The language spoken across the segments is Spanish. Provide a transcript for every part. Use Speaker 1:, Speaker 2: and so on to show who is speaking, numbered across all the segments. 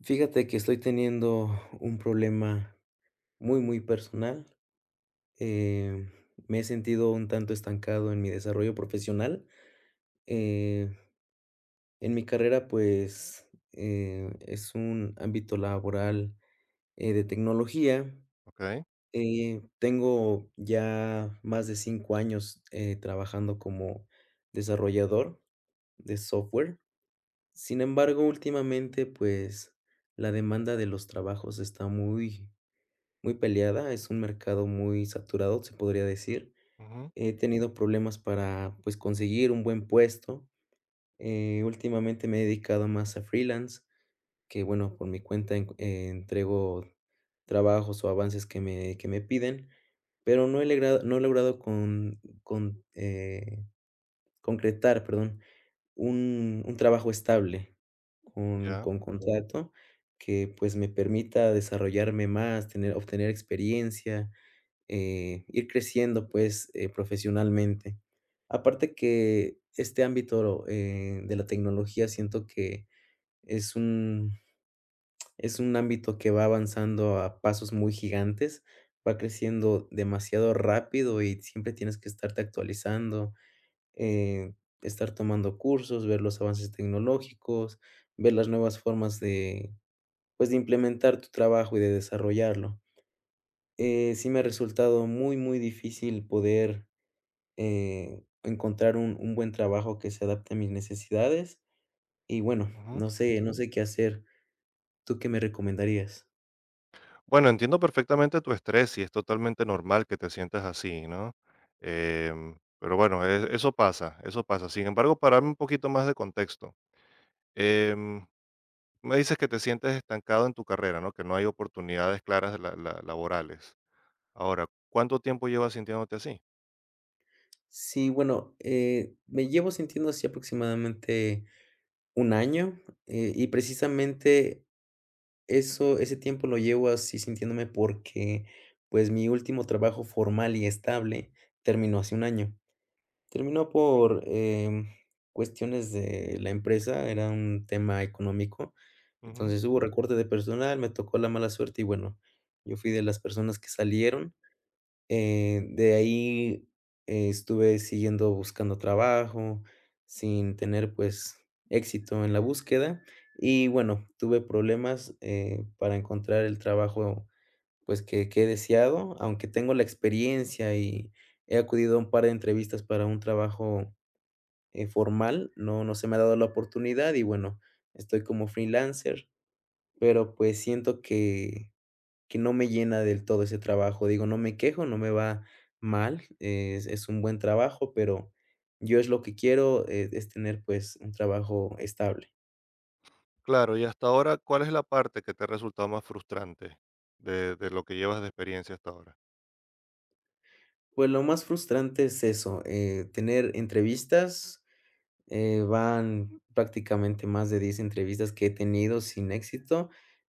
Speaker 1: Fíjate que estoy teniendo un problema muy, muy personal. Eh, Me he sentido un tanto estancado en mi desarrollo profesional. Eh, en mi carrera, pues, es un ámbito laboral, de tecnología.
Speaker 2: Okey,
Speaker 1: Tengo ya más de 5 años, trabajando como desarrollador de software. Sin embargo, últimamente, pues, la demanda de los trabajos está muy muy peleada, es un mercado muy saturado, se podría decir.
Speaker 2: ujú,
Speaker 1: He tenido problemas para, pues, conseguir un buen puesto. Últimamente me he dedicado más a freelance, que bueno, por mi cuenta entrego trabajos o avances que me piden, pero no he logrado, concretar, perdón, un trabajo estable con,
Speaker 2: ya,
Speaker 1: con Ok., contrato que pues me permita desarrollarme más, tener, obtener experiencia, ir creciendo, pues, profesionalmente. Aparte que este ámbito, de la tecnología siento que es un es un ámbito que va avanzando a pasos muy gigantes, va creciendo demasiado rápido y siempre tienes que estarte actualizando, eh, estar tomando cursos, ver los avances tecnológicos, ver las nuevas formas de, pues, de implementar tu trabajo y de desarrollarlo. Sí me ha resultado muy, muy difícil poder encontrar un buen trabajo que se adapte a mis necesidades. Y bueno,
Speaker 2: ujú.
Speaker 1: no sé qué hacer. ¿Tú qué me recomendarías?
Speaker 2: Bueno, entiendo perfectamente tu estrés y es totalmente normal que te sientas así, ¿no? Pero bueno, eso pasa, eso pasa. Sin embargo, para darme un poquito más de contexto, em, me dices que te sientes estancado en tu carrera, ¿no? Que no hay oportunidades claras de la la laborales. Ahora, ¿cuánto tiempo llevas sintiéndote así?
Speaker 1: Sí, bueno, me llevo sintiendo así aproximadamente un año, y precisamente eso ese tiempo lo llevo así sintiéndome porque, pues, mi último trabajo formal y estable terminó hace un año. Terminó por, cuestiones de la empresa, era un tema económico.
Speaker 2: Ujú,
Speaker 1: Entonces hubo recorte de personal, me tocó la mala suerte y bueno, yo fui de las personas que salieron. De ahí, estuve siguiendo buscando trabajo, sin tener, pues, éxito en la búsqueda y bueno, tuve problemas, para encontrar el trabajo, pues, que he deseado, aunque tengo la experiencia y he acudido a un par de entrevistas para un trabajo formal. No se me ha dado la oportunidad y bueno, estoy como freelancer, pero pues siento que no me llena del todo ese trabajo. Digo, no me quejo, no me va mal, es un buen trabajo, pero yo es lo que quiero, es tener, pues, un trabajo estable.
Speaker 2: claro, y hasta ahora, ¿cuál es la parte que te ha resultado más frustrante de lo que llevas de experiencia hasta ahora?
Speaker 1: Pues lo más frustrante es eso, tener entrevistas. Van prácticamente más de 10 entrevistas que he tenido sin éxito.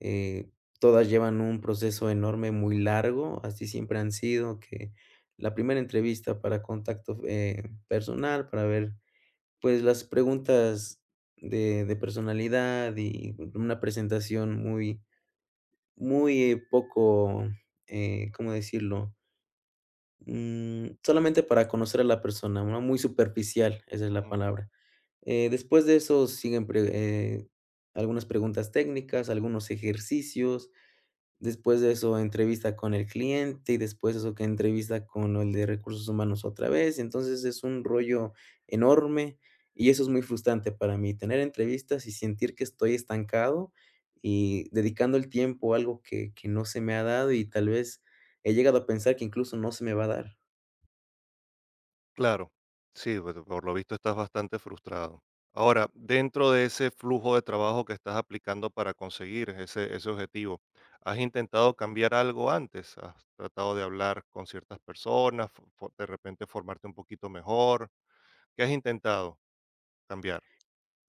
Speaker 1: eh, Todas llevan un proceso enorme, muy largo, así siempre han sido, que la primera entrevista para contacto, personal, para ver, pues, las preguntas de personalidad y una presentación muy muy poco, ¿cómo decirlo? Solamente para conocer a la persona, ¿no? Muy superficial, esa es la palabra. Después de eso siguen pre eh, algunas preguntas técnicas, algunos ejercicios. Después de eso entrevista con el cliente y después eso que entrevista con el de recursos humanos otra vez. Entonces es un rollo enorme, y eso es muy frustrante para mí, tener entrevistas y sentir que estoy estancado y dedicando el tiempo a algo que no se me ha dado, y tal vez he llegado a pensar que incluso no se me va a dar.
Speaker 2: Claro, sí, bueno, por lo visto estás bastante frustrado. Ahora, dentro de ese flujo de trabajo que estás aplicando para conseguir ese objetivo, ¿has intentado cambiar algo antes? ¿Has tratado de hablar con ciertas personas, de repente formarte un poquito mejor? ¿Qué has intentado cambiar?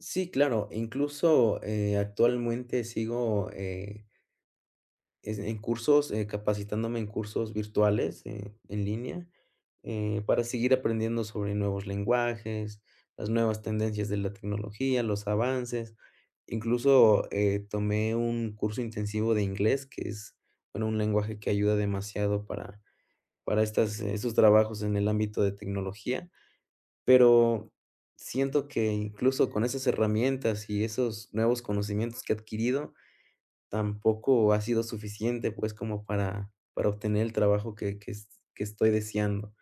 Speaker 1: Sí, claro, incluso, actualmente sigo, es en cursos, capacitándome en cursos virtuales, en línea, para seguir aprendiendo sobre nuevos lenguajes, las nuevas tendencias de la tecnología, los avances. Incluso, tomé un curso intensivo de inglés, que es, bueno, un lenguaje que ayuda demasiado para estas esos trabajos en el ámbito de tecnología. Pero siento que incluso con esas herramientas y esos nuevos conocimientos que he adquirido, tampoco ha sido suficiente, pues, como para obtener el trabajo que estoy deseando.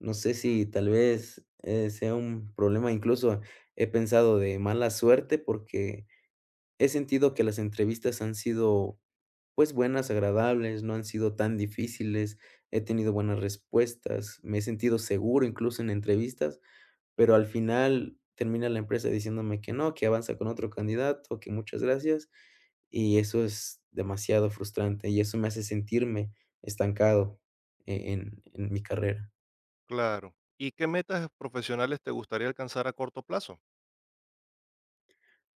Speaker 1: No sé si tal vez, sea un problema. Incluso he pensado de mala suerte, porque he sentido que las entrevistas han sido, pues, buenas, agradables, no han sido tan difíciles. He tenido buenas respuestas, me he sentido seguro incluso en entrevistas, pero al final termina la empresa diciéndome que no, que avanza con otro candidato, que muchas gracias, y eso es demasiado frustrante, y eso me hace sentirme estancado en mi carrera.
Speaker 2: Claro. ¿Y qué metas profesionales te gustaría alcanzar a corto plazo?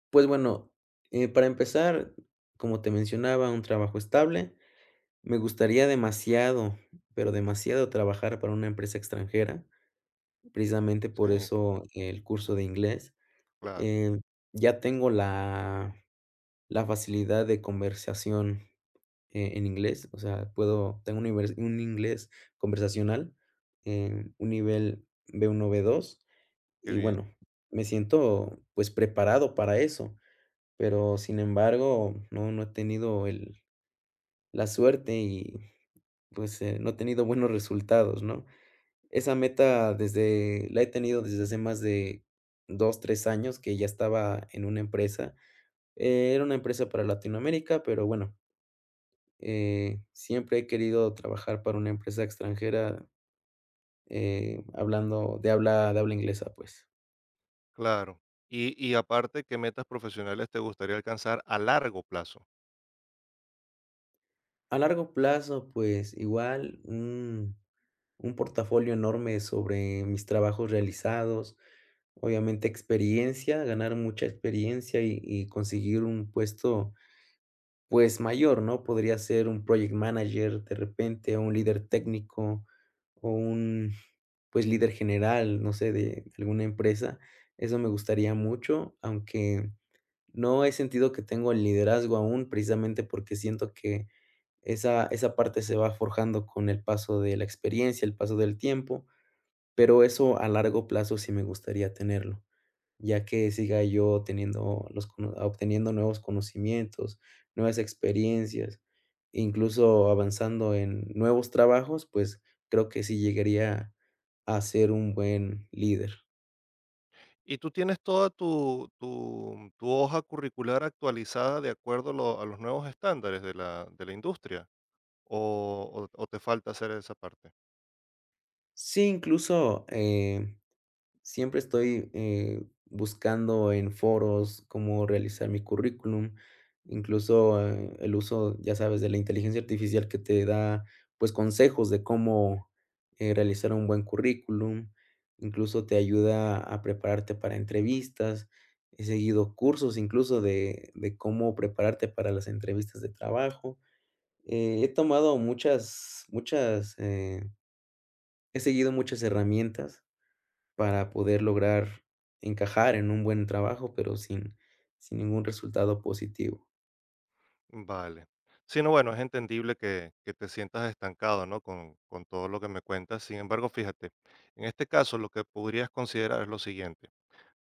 Speaker 1: Pues bueno, para empezar, como te mencionaba, un trabajo estable. Me gustaría demasiado, pero demasiado trabajar para una empresa extranjera, precisamente por
Speaker 2: Sí,
Speaker 1: eso el curso de inglés.
Speaker 2: claro,
Speaker 1: Em, ya tengo la facilidad de conversación en inglés. O sea, puedo tengo un nivel un inglés conversacional, un nivel B1 B2.
Speaker 2: qué
Speaker 1: Y
Speaker 2: bien,
Speaker 1: bueno, me siento, pues, preparado para eso, pero sin embargo, no he tenido el la suerte y, pues, no he tenido buenos resultados, ¿no? Esa meta desde la he tenido desde hace más de 2 3 años que ya estaba en una empresa. Era una empresa para Latinoamérica, pero bueno, siempre he querido trabajar para una empresa extranjera, hablando de habla inglesa, pues.
Speaker 2: claro. Y aparte, ¿qué metas profesionales te gustaría alcanzar a largo plazo?
Speaker 1: A largo plazo, pues, igual un portafolio enorme sobre mis trabajos realizados, obviamente experiencia, ganar mucha experiencia y conseguir un puesto, pues, mayor, ¿no? Podría ser un project manager de repente, o un líder técnico, o un, pues, líder general, no sé, de alguna empresa. Eso me gustaría mucho, aunque no he sentido que tengo el liderazgo aún, precisamente porque siento que esa parte se va forjando con el paso de la experiencia, el paso del tiempo. Pero eso a largo plazo sí me gustaría tenerlo, ya que siga yo teniendo los cono obteniendo nuevos conocimientos, nuevas experiencias, incluso avanzando en nuevos trabajos, pues, creo que sí llegaría a ser un buen líder.
Speaker 2: ¿Y tú tienes toda tu hoja curricular actualizada de acuerdo a lo a los nuevos estándares de la industria? ¿O te falta hacer esa parte?
Speaker 1: Sí, incluso, siempre estoy, buscando en foros cómo realizar mi currículum, incluso, el uso, ya sabes, de la inteligencia artificial que te da, pues, consejos de cómo, realizar un buen currículum, incluso te ayuda a prepararte para entrevistas. He seguido cursos incluso de cómo prepararte para las entrevistas de trabajo. Eh, he tomado muchas muchas, eh, He seguido muchas herramientas para poder lograr encajar en un buen trabajo, pero sin ningún resultado positivo.
Speaker 2: Vale. Sí, no, bueno, es entendible que te sientas estancado, ¿no? Con todo lo que me cuentas. Sin embargo, fíjate, en este caso, lo que podrías considerar es lo siguiente.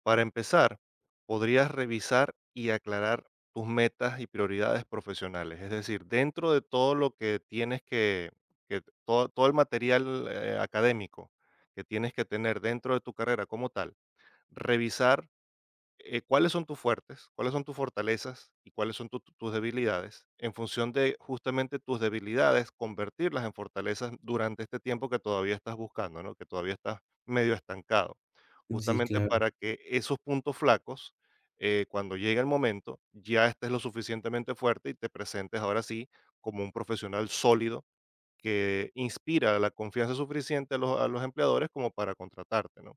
Speaker 2: Para empezar, podrías revisar y aclarar tus metas y prioridades profesionales. Es decir, dentro de todo lo que tienes que todo, todo el material académico que tienes que tener dentro de tu carrera como tal, revisar cuáles son tus fuertes, cuáles son tus fortalezas y cuáles son tus debilidades. En función de justamente tus debilidades, convertirlas en fortalezas durante este tiempo que todavía estás buscando, ¿no? Que todavía estás medio estancado,
Speaker 1: Sí,
Speaker 2: justamente
Speaker 1: claro,
Speaker 2: para que esos puntos flacos, cuando llegue el momento, ya estés lo suficientemente fuerte y te presentes ahora sí como un profesional sólido que inspira la confianza suficiente a a los empleadores como para contratarte, ¿no?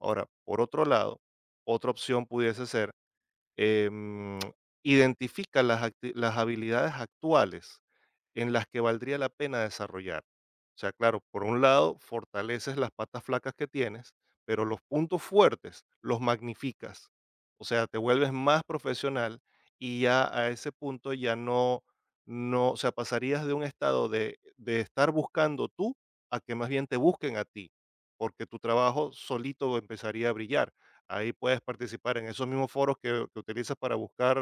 Speaker 2: Ahora, por otro lado, otra opción pudiese ser em, identifica las habilidades actuales en las que valdría la pena desarrollar. O sea, claro, por un lado, fortaleces las patas flacas que tienes, pero los puntos fuertes los magnificas. O sea, te vuelves más profesional y ya a ese punto ya no, o sea, pasarías de un estado de estar buscando tú a que más bien te busquen a ti, porque tu trabajo solito empezaría a brillar. Ahí puedes participar en esos mismos foros que utilizas para buscar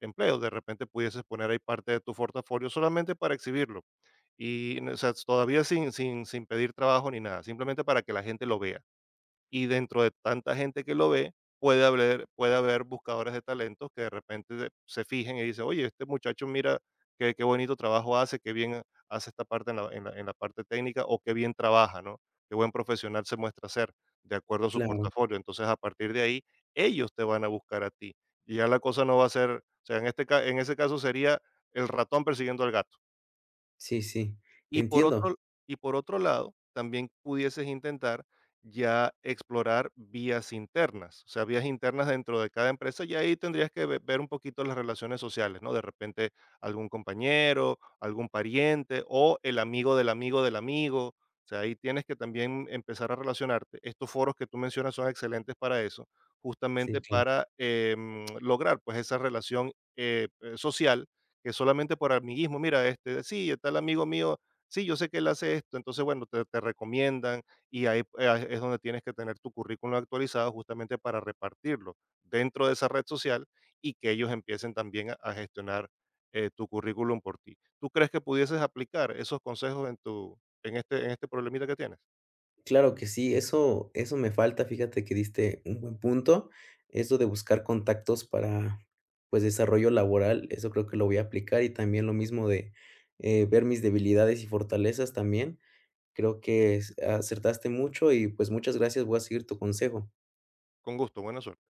Speaker 2: empleo. De repente pudieses poner ahí parte de tu portafolio solamente para exhibirlo. Y o sea, todavía sin pedir trabajo ni nada, simplemente para que la gente lo vea, y dentro de tanta gente que lo ve, puede haber buscadores de talentos que de repente se fijen y dicen, oye, este muchacho mira qué bonito trabajo hace, qué bien hace esta parte en en la parte técnica, o qué bien trabaja, ¿no? Qué buen profesional se muestra ser de acuerdo a su
Speaker 1: claro.
Speaker 2: portafolio. Entonces, a partir de ahí, ellos te van a buscar a ti. Y ya la cosa no va a ser, o sea, en ese caso sería el ratón persiguiendo al gato.
Speaker 1: Sí, sí,
Speaker 2: Y por
Speaker 1: entiendo.
Speaker 2: otro y por otro lado, también pudieses intentar ya explorar vías internas, o sea, vías internas dentro de cada empresa, y ahí tendrías que ver un poquito las relaciones sociales, ¿no? De repente algún compañero, algún pariente o el amigo del amigo del amigo. O sea, ahí tienes que también empezar a relacionarte. Estos foros que tú mencionas son excelentes para eso,
Speaker 1: Sí,
Speaker 2: justamente
Speaker 1: claro.
Speaker 2: para lograr pues esa relación social, que solamente por amiguismo, mira, este, sí, tal amigo mío. Sí, yo sé que él hace esto, entonces, bueno, te recomiendan, y ahí es donde tienes que tener tu currículum actualizado justamente para repartirlo dentro de esa red social y que ellos empiecen también a gestionar tu currículum por ti. ¿Tú crees que pudieses aplicar esos consejos en tu en en este problemita que tienes?
Speaker 1: Claro que sí, eso me falta. Fíjate que diste un buen punto, eso de buscar contactos para, pues, desarrollo laboral. Eso creo que lo voy a aplicar, y también lo mismo de, ver mis debilidades y fortalezas también. Creo que es acertaste mucho y, pues, muchas gracias, voy a seguir tu consejo.
Speaker 2: Con gusto, buena suerte.